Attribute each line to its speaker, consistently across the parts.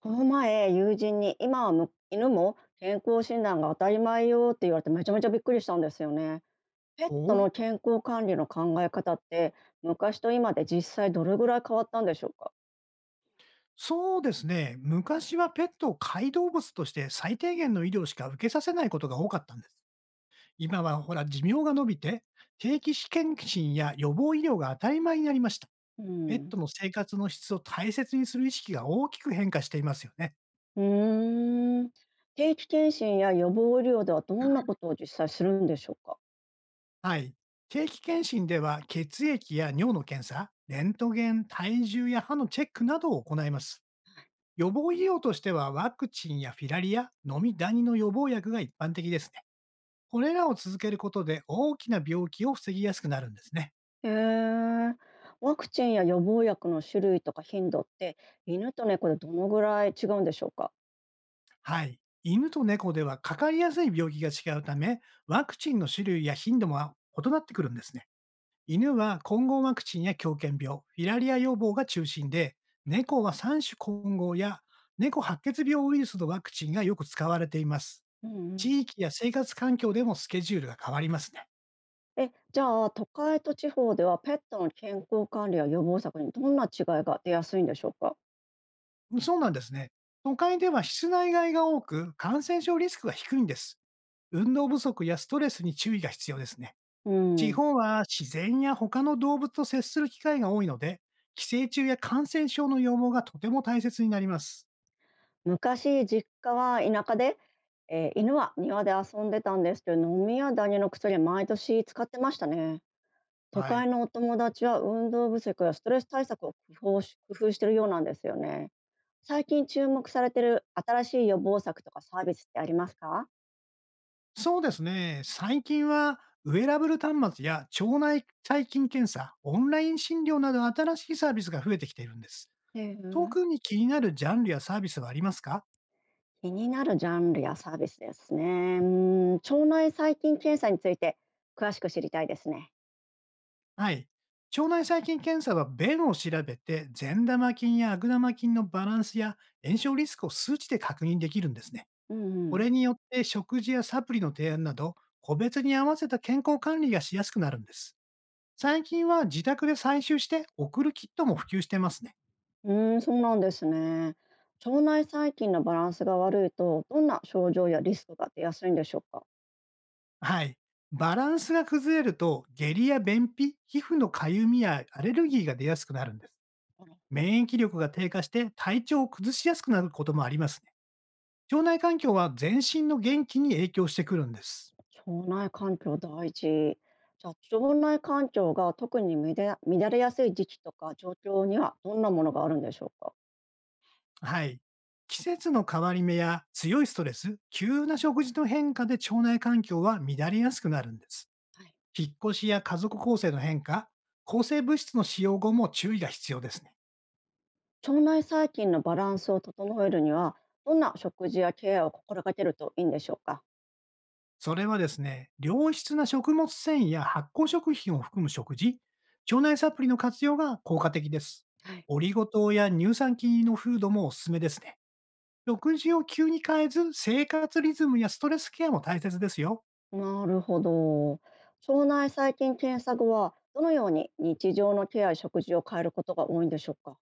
Speaker 1: この前、友人に今はむ犬も健康診断が当たり前よって言われてめちゃめちゃびっくりしたんですよね。ペット
Speaker 2: お
Speaker 1: の健康管理の考え方って昔と今で実際どれぐらい変わったんでしょうか。
Speaker 2: そうですね。昔はペットを飼い動物として最低限の医療しか受けさせないことが多かったんです。今はほら、寿命が伸びて、定期試験診や予防医療が当たり前になりました。
Speaker 1: う
Speaker 2: ペット
Speaker 1: ん。
Speaker 2: の生活の質を大切にする意識が大きく変化していますよね。
Speaker 1: うーん、定期検診や予防医療ではどんなことを実際するんでしょうか。
Speaker 2: はい。定期検診では血液や尿の検査、レントゲン、体重や歯のチェックなどを行います。予防医療としてはワクチンやフィラリア、飲みダニの予防薬が一般的ですね。これらを続けることで大きな病気を防ぎやすくなるんですね。
Speaker 1: へえ。ワクチンや予防薬の種類とか頻度って犬と猫でどのぐらい違うんでしょうか。
Speaker 2: はい。犬と猫ではかかりやすい病気が違うため、ワクチンの種類や頻度も異なってくるんですね。犬は混合ワクチンや狂犬病、フィラリア予防が中心で、猫は3種混合や猫白血病ウイルスのワクチンがよく使われています。
Speaker 1: うんうん。
Speaker 2: 地域や生活環境でもスケジュールが変わりますね。
Speaker 1: え、じゃあ、都会と地方ではペットの健康管理や予防策にどんな違いが出やすいんでしょうか。
Speaker 2: そうなんですね。都会では室内外が多く、感染症リスクが低いんです。運動不足やストレスに注意が必要ですね。
Speaker 1: う
Speaker 2: 地
Speaker 1: ん、
Speaker 2: 方は自然や他の動物と接する機会が多いので、寄生虫や感染症の予防がとても大切になります。
Speaker 1: 昔実家は田舎で、犬は庭で遊んでたんですけど、飲みやダニの薬は毎年使ってましたね。都
Speaker 2: はい。
Speaker 1: 会のお友達は運動不足やストレス対策を工夫してるようなんですよね。最近注目されてる新しい予防策とかサービスってありますか？
Speaker 2: そうですね。最近は、ウェアラブル端末や腸内細菌検査、オンライン診療など新しいサービスが増えてきているんです。
Speaker 1: へえ。
Speaker 2: 特に気になるジャンルやサービスはありますか？
Speaker 1: 気になるジャンルやサービスですね。うーん、腸内細菌検査について詳しく知りたいですね。
Speaker 2: はい。腸内細菌検査は便を調べて善玉菌や悪玉菌のバランスや炎症リスクを数値で確認できるんですね。
Speaker 1: う
Speaker 2: こ
Speaker 1: ん
Speaker 2: れによって食事やサプリの提案など、個別に合わせた健康管理がしやすくなるんです。最近は自宅で採集して送るキットも普及してますね。
Speaker 1: うん。うーん、そうなんですね。腸内細菌のバランスが悪いと、どんな症状やリスクが出やすいんでしょうか。
Speaker 2: はい。バランスが崩れると下痢や便秘、皮膚のかゆみやアレルギーが出やすくなるんです。
Speaker 1: あら。
Speaker 2: 免疫力が低下して体調を崩しやすくなることもありますね。腸内環境は全身の元気に影響してくるんです。
Speaker 1: 腸内環境大事。じゃあ腸内環境が特に乱れやすい時期とか状況にはどんなものがあるんでしょうか。
Speaker 2: はい。季節の変わり目や強いストレス、急な食事の変化で腸内環境は乱れやすくなるんです。
Speaker 1: はい、
Speaker 2: 引っ越しや家族構成の変化、抗生物質の使用後も注意が必要ですね。
Speaker 1: 腸内細菌のバランスを整えるにはどんな食事やケアを心がけるといいんでしょうか。
Speaker 2: それはですね、良質な食物繊維や発酵食品を含む食事、腸内サプリの活用が効果的です。
Speaker 1: はい、
Speaker 2: オリゴ糖や乳酸菌のフードもおすすめですね。食事を急に変えず、生活リズムやストレスケアも大切ですよ。
Speaker 1: なるほど。腸内細菌検査後はどのように日常のケアや食事を変えることが多いんでしょうか。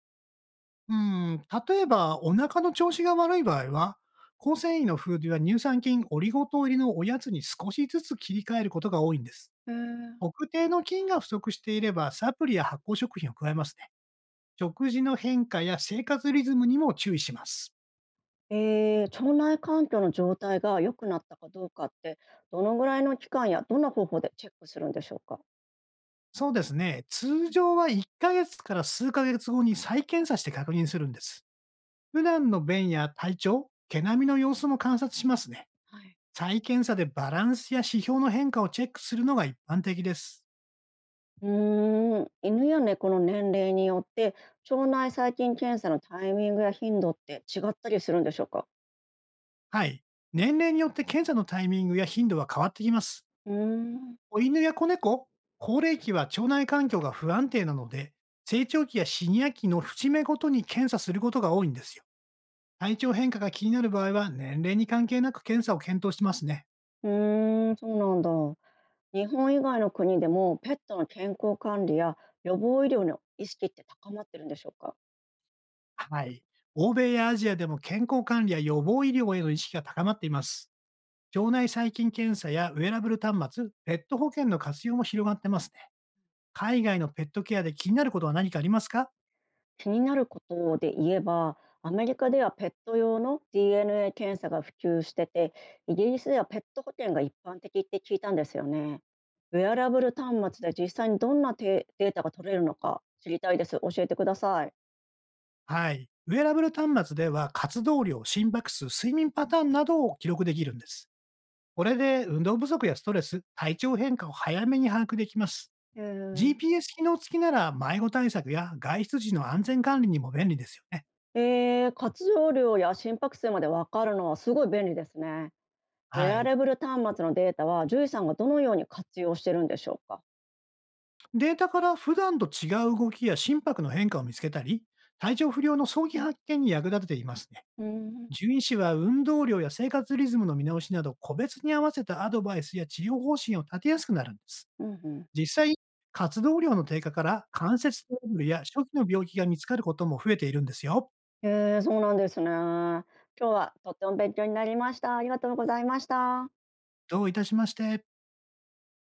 Speaker 2: うん、例えば、お腹の調子が悪い場合は、抗繊維のフードや乳酸菌、オリゴ糖入りのおやつに少しずつ切り替えることが多いんです。
Speaker 1: へえ。
Speaker 2: 特定の菌が不足していれば、サプリや発酵食品を加えますね。食事の変化や生活リズムにも注意します。
Speaker 1: えー、腸内環境の状態が良くなったかどうかってどのぐらいの期間やどんな方法でチェックするんでしょうか。
Speaker 2: そうですね。通常は1ヶ月から数ヶ月後に再検査して確認するんです。普段の便や体調、毛並みの様子も観察しますね。
Speaker 1: はい。
Speaker 2: 再検査でバランスや指標の変化をチェックするのが一般的です。
Speaker 1: うーん、犬や猫の年齢によって腸内細菌検査のタイミングや頻度って違ったりするんでしょうか。
Speaker 2: はい。年齢によって検査のタイミングや頻度は変わってきます。
Speaker 1: うーん。
Speaker 2: お犬や子猫、高齢期は腸内環境が不安定なので、成長期やシニア期の節目ごとに検査することが多いんですよ。体調変化が気になる場合は、年齢に関係なく検査を検討してますね。
Speaker 1: うーん、そうなんだ。日本以外の国でもペットの健康管理や予防医療の意識って高まってるんでしょうか。
Speaker 2: はい。欧米やアジアでも健康管理や予防医療への意識が高まっています。腸内細菌検査やウェアラブル端末、ペット保険の活用も広がってますね。海外のペットケアで気になることは何かありますか？
Speaker 1: 気になることで言えばアメリカではペット用の DNA 検査が普及してて、イギリスではペット保険が一般的って聞いたんですよね。ウェアラブル端末で実際にどんなデデータが取れるのか知りたいです。教えてください。
Speaker 2: はい。ウェアラブル端末では活動量、心拍数、睡眠パターンなどを記録できるんです。これで運動不足やストレス、体調変化を早めに把握できます。
Speaker 1: えー、
Speaker 2: GPS 機能付きなら迷子対策や外出時の安全管理にも便利ですよね。
Speaker 1: えー、活動量や心拍数まで分かるのはすごい便利ですね。ウ
Speaker 2: は
Speaker 1: ェア
Speaker 2: い。
Speaker 1: レブル端末のデータは、獣医さんがどのように活用してるんでしょうか？
Speaker 2: データから普段と違う動きや心拍の変化を見つけたり、体調不良の早期発見に役立てていますね。
Speaker 1: うん。
Speaker 2: 獣医師は運動量や生活リズムの見直しなど、個別に合わせたアドバイスや治療方針を立てやすくなるんです。
Speaker 1: うんうん。
Speaker 2: 実際、活動量の低下から関節トラブルや初期の病気が見つかることも増えているんですよ。
Speaker 1: へえ、そうなんですね。今日はとっても勉強になりました。ありがとうございました。
Speaker 2: どういたしまして。